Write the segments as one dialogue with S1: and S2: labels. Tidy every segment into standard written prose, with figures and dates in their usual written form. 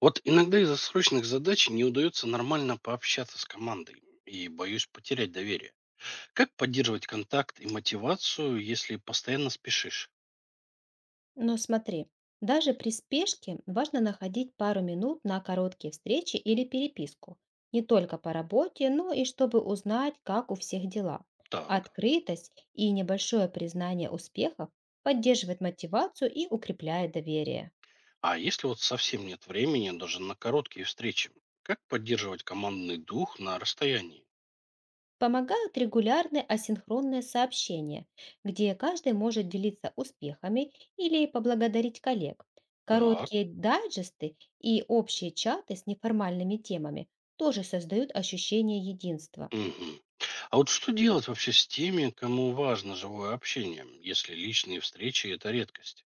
S1: Вот иногда из-за срочных задач не удается нормально пообщаться с командой и боюсь потерять доверие. Как поддерживать контакт и мотивацию, если постоянно спешишь?
S2: Но смотри, даже при спешке важно находить пару минут на короткие встречи или переписку, не только по работе, но и чтобы узнать, как у всех дела.
S1: Так.
S2: Открытость и небольшое признание успехов поддерживает мотивацию и укрепляет доверие.
S1: А если вот совсем нет времени даже на короткие встречи? Как поддерживать командный дух на расстоянии?
S2: Помогают регулярные асинхронные сообщения, где каждый может делиться успехами или поблагодарить коллег.
S1: Так.
S2: Короткие дайджесты и общие чаты с неформальными темами тоже создают ощущение единства.
S1: Мгм. А вот что делать вообще с теми, кому важно живое общение, если личные встречи – это редкость?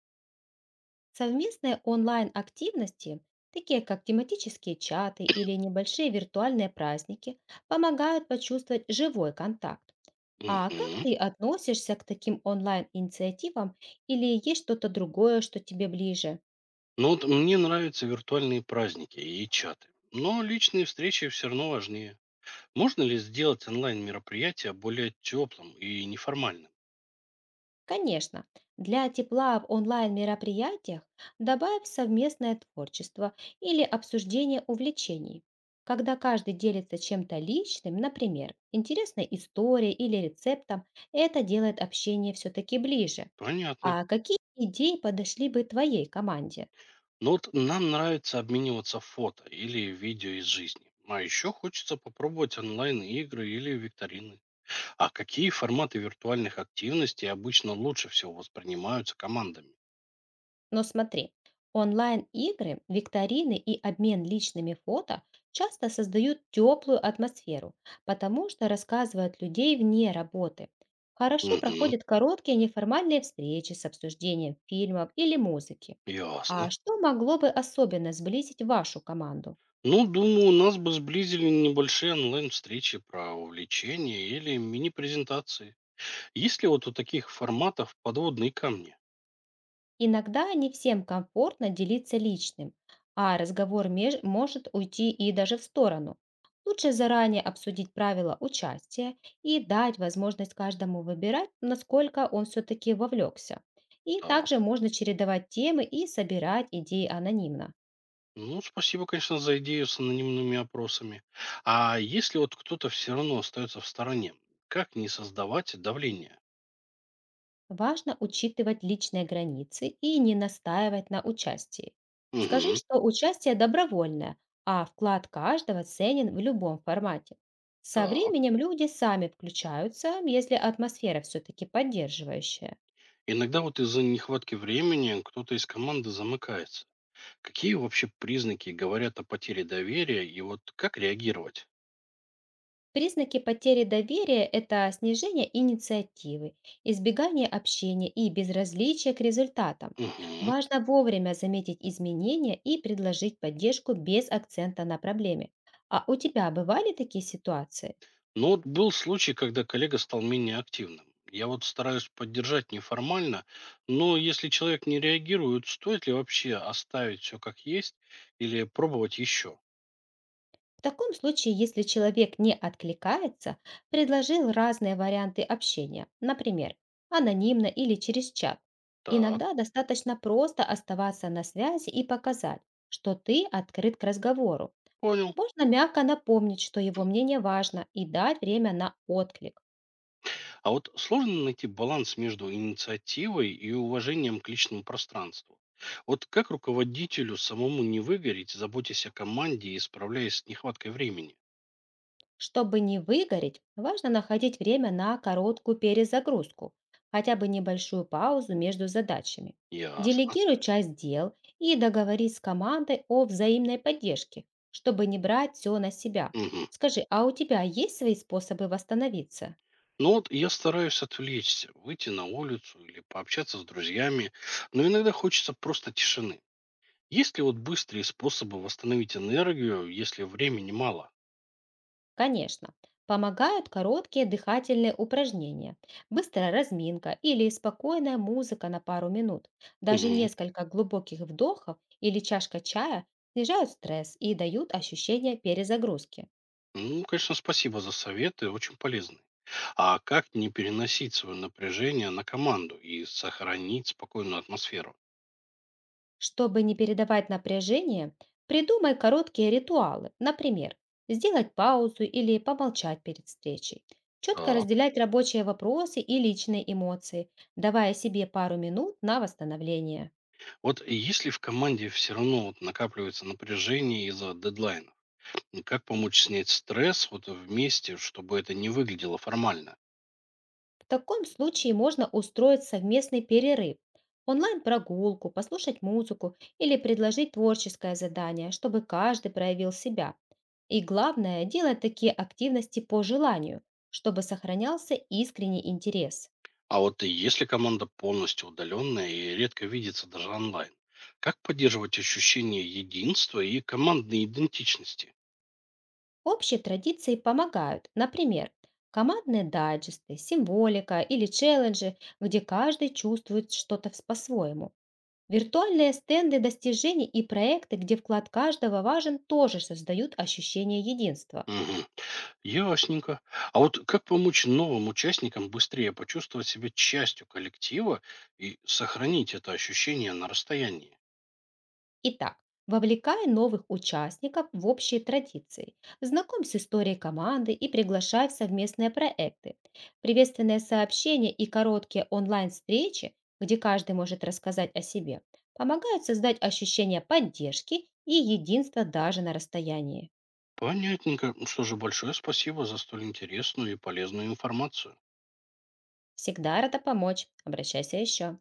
S2: Совместные онлайн-активности, такие как тематические чаты или небольшие виртуальные праздники, помогают почувствовать живой контакт. А как
S1: Мгм.
S2: ты относишься к таким онлайн-инициативам или есть что-то другое, что тебе ближе?
S1: Ну вот мне нравятся виртуальные праздники и чаты. Но личные встречи все равно важнее. Можно ли сделать онлайн-мероприятие более теплым и неформальным?
S2: Конечно, для тепла в онлайн-мероприятиях добавь совместное творчество или обсуждение увлечений, когда каждый делится чем-то личным, например, интересной историей или рецептом, это делает общение все-таки ближе.
S1: Понятно.
S2: А какие идеи подошли бы твоей команде?
S1: Но вот нам нравится обмениваться фото или видео из жизни. А еще хочется попробовать онлайн-игры или викторины. А какие форматы виртуальных активностей обычно лучше всего воспринимаются командами?
S2: Но смотри, онлайн-игры, викторины и обмен личными фото часто создают теплую атмосферу, потому что рассказывают людей вне работы. Хорошо
S1: Угу,
S2: проходят короткие неформальные встречи с обсуждением фильмов или музыки.
S1: ясно.
S2: А что могло бы особенно сблизить вашу команду?
S1: Ну, думаю, нас бы сблизили небольшие онлайн-встречи про увлечения или мини-презентации. Есть ли вот у таких форматов подводные камни?
S2: Иногда не всем комфортно делиться личным, а разговор может уйти и даже в сторону. Лучше заранее обсудить правила участия и дать возможность каждому выбирать, насколько он все-таки вовлекся. И
S1: Так.
S2: также можно чередовать темы и собирать идеи анонимно.
S1: Ну, спасибо, конечно, за идею с анонимными опросами. А если вот кто-то все равно остается в стороне, как не создавать давление?
S2: Важно учитывать личные границы и не настаивать на участии. Скажи,
S1: Угу.
S2: что участие добровольное, а вклад каждого ценен в любом формате. Со
S1: Так.
S2: временем люди сами включаются, если атмосфера все-таки поддерживающая.
S1: Иногда вот из-за нехватки времени кто-то из команды замыкается. Какие вообще признаки говорят о потере доверия и вот как реагировать?
S2: Признаки потери доверия– это снижение инициативы, избегание общения и безразличие к результатам.
S1: Угу.
S2: Важно вовремя заметить изменения и предложить поддержку без акцента на проблеме. А у тебя бывали такие ситуации?
S1: Ну вот был случай, когда коллега стал менее активным. Я вот стараюсь поддержать неформально, но если человек не реагирует, стоит ли вообще оставить все как есть или пробовать еще?
S2: В таком случае, если человек не откликается, предложил разные варианты общения, например, анонимно или через чат.
S1: Так,
S2: Иногда достаточно просто оставаться на связи и показать, что ты открыт к разговору.
S1: понял.
S2: Можно мягко напомнить, что его мнение важно, и дать время на отклик.
S1: А вот сложно найти баланс между инициативой и уважением к личному пространству. Вот как руководителю самому не выгореть, заботясь о команде и справляясь с нехваткой времени?
S2: Чтобы не выгореть, важно находить время на короткую перезагрузку, хотя бы небольшую паузу между задачами.
S1: Ясно.
S2: Делегируй часть дел и договорись с командой о взаимной поддержке, чтобы не брать все на себя.
S1: Мгм.
S2: Скажи, а у тебя есть свои способы восстановиться?
S1: Ну вот я стараюсь отвлечься, выйти на улицу или пообщаться с друзьями, но иногда хочется просто тишины. Есть ли вот быстрые способы восстановить энергию, если времени мало?
S2: Конечно, помогают короткие дыхательные упражнения, быстрая разминка или спокойная музыка на пару минут. Даже
S1: Мгм.
S2: несколько глубоких вдохов или чашка чая снижают стресс и дают ощущение перезагрузки.
S1: Ну, конечно, спасибо за советы, очень полезные. А как не переносить свое напряжение на команду и сохранить спокойную атмосферу?
S2: Чтобы не передавать напряжение, придумай короткие ритуалы, например, сделать паузу или помолчать перед встречей. Четко
S1: Так.
S2: разделять рабочие вопросы и личные эмоции, давая себе пару минут на восстановление.
S1: Вот если в команде все равно вот накапливается напряжение из-за дедлайнов, ну, как помочь снять стресс вот вместе, чтобы это не выглядело формально?
S2: В таком случае можно устроить совместный перерыв, онлайн-прогулку, послушать музыку или предложить творческое задание, чтобы каждый проявил себя. И главное, делать такие активности по желанию, чтобы сохранялся искренний интерес.
S1: А вот и если команда полностью удаленная и редко видится даже онлайн, как поддерживать ощущение единства и командной идентичности?
S2: Общие традиции помогают, например, командные дайджесты, символика или челленджи, где каждый чувствует что-то по-своему. Виртуальные стенды достижений и проекты, где вклад каждого важен, тоже создают ощущение единства.
S1: Мгм. Ясненько. А вот как помочь новым участникам быстрее почувствовать себя частью коллектива и сохранить это ощущение на расстоянии?
S2: Итак, вовлекай новых участников в общие традиции, знакомь с историей команды и приглашай в совместные проекты. Приветственные сообщения и короткие онлайн-встречи, где каждый может рассказать о себе, помогают создать ощущение поддержки и единства даже на расстоянии.
S1: Понятненько. Ну что же, большое спасибо за столь интересную и полезную информацию.
S2: Всегда рада помочь. Обращайся еще.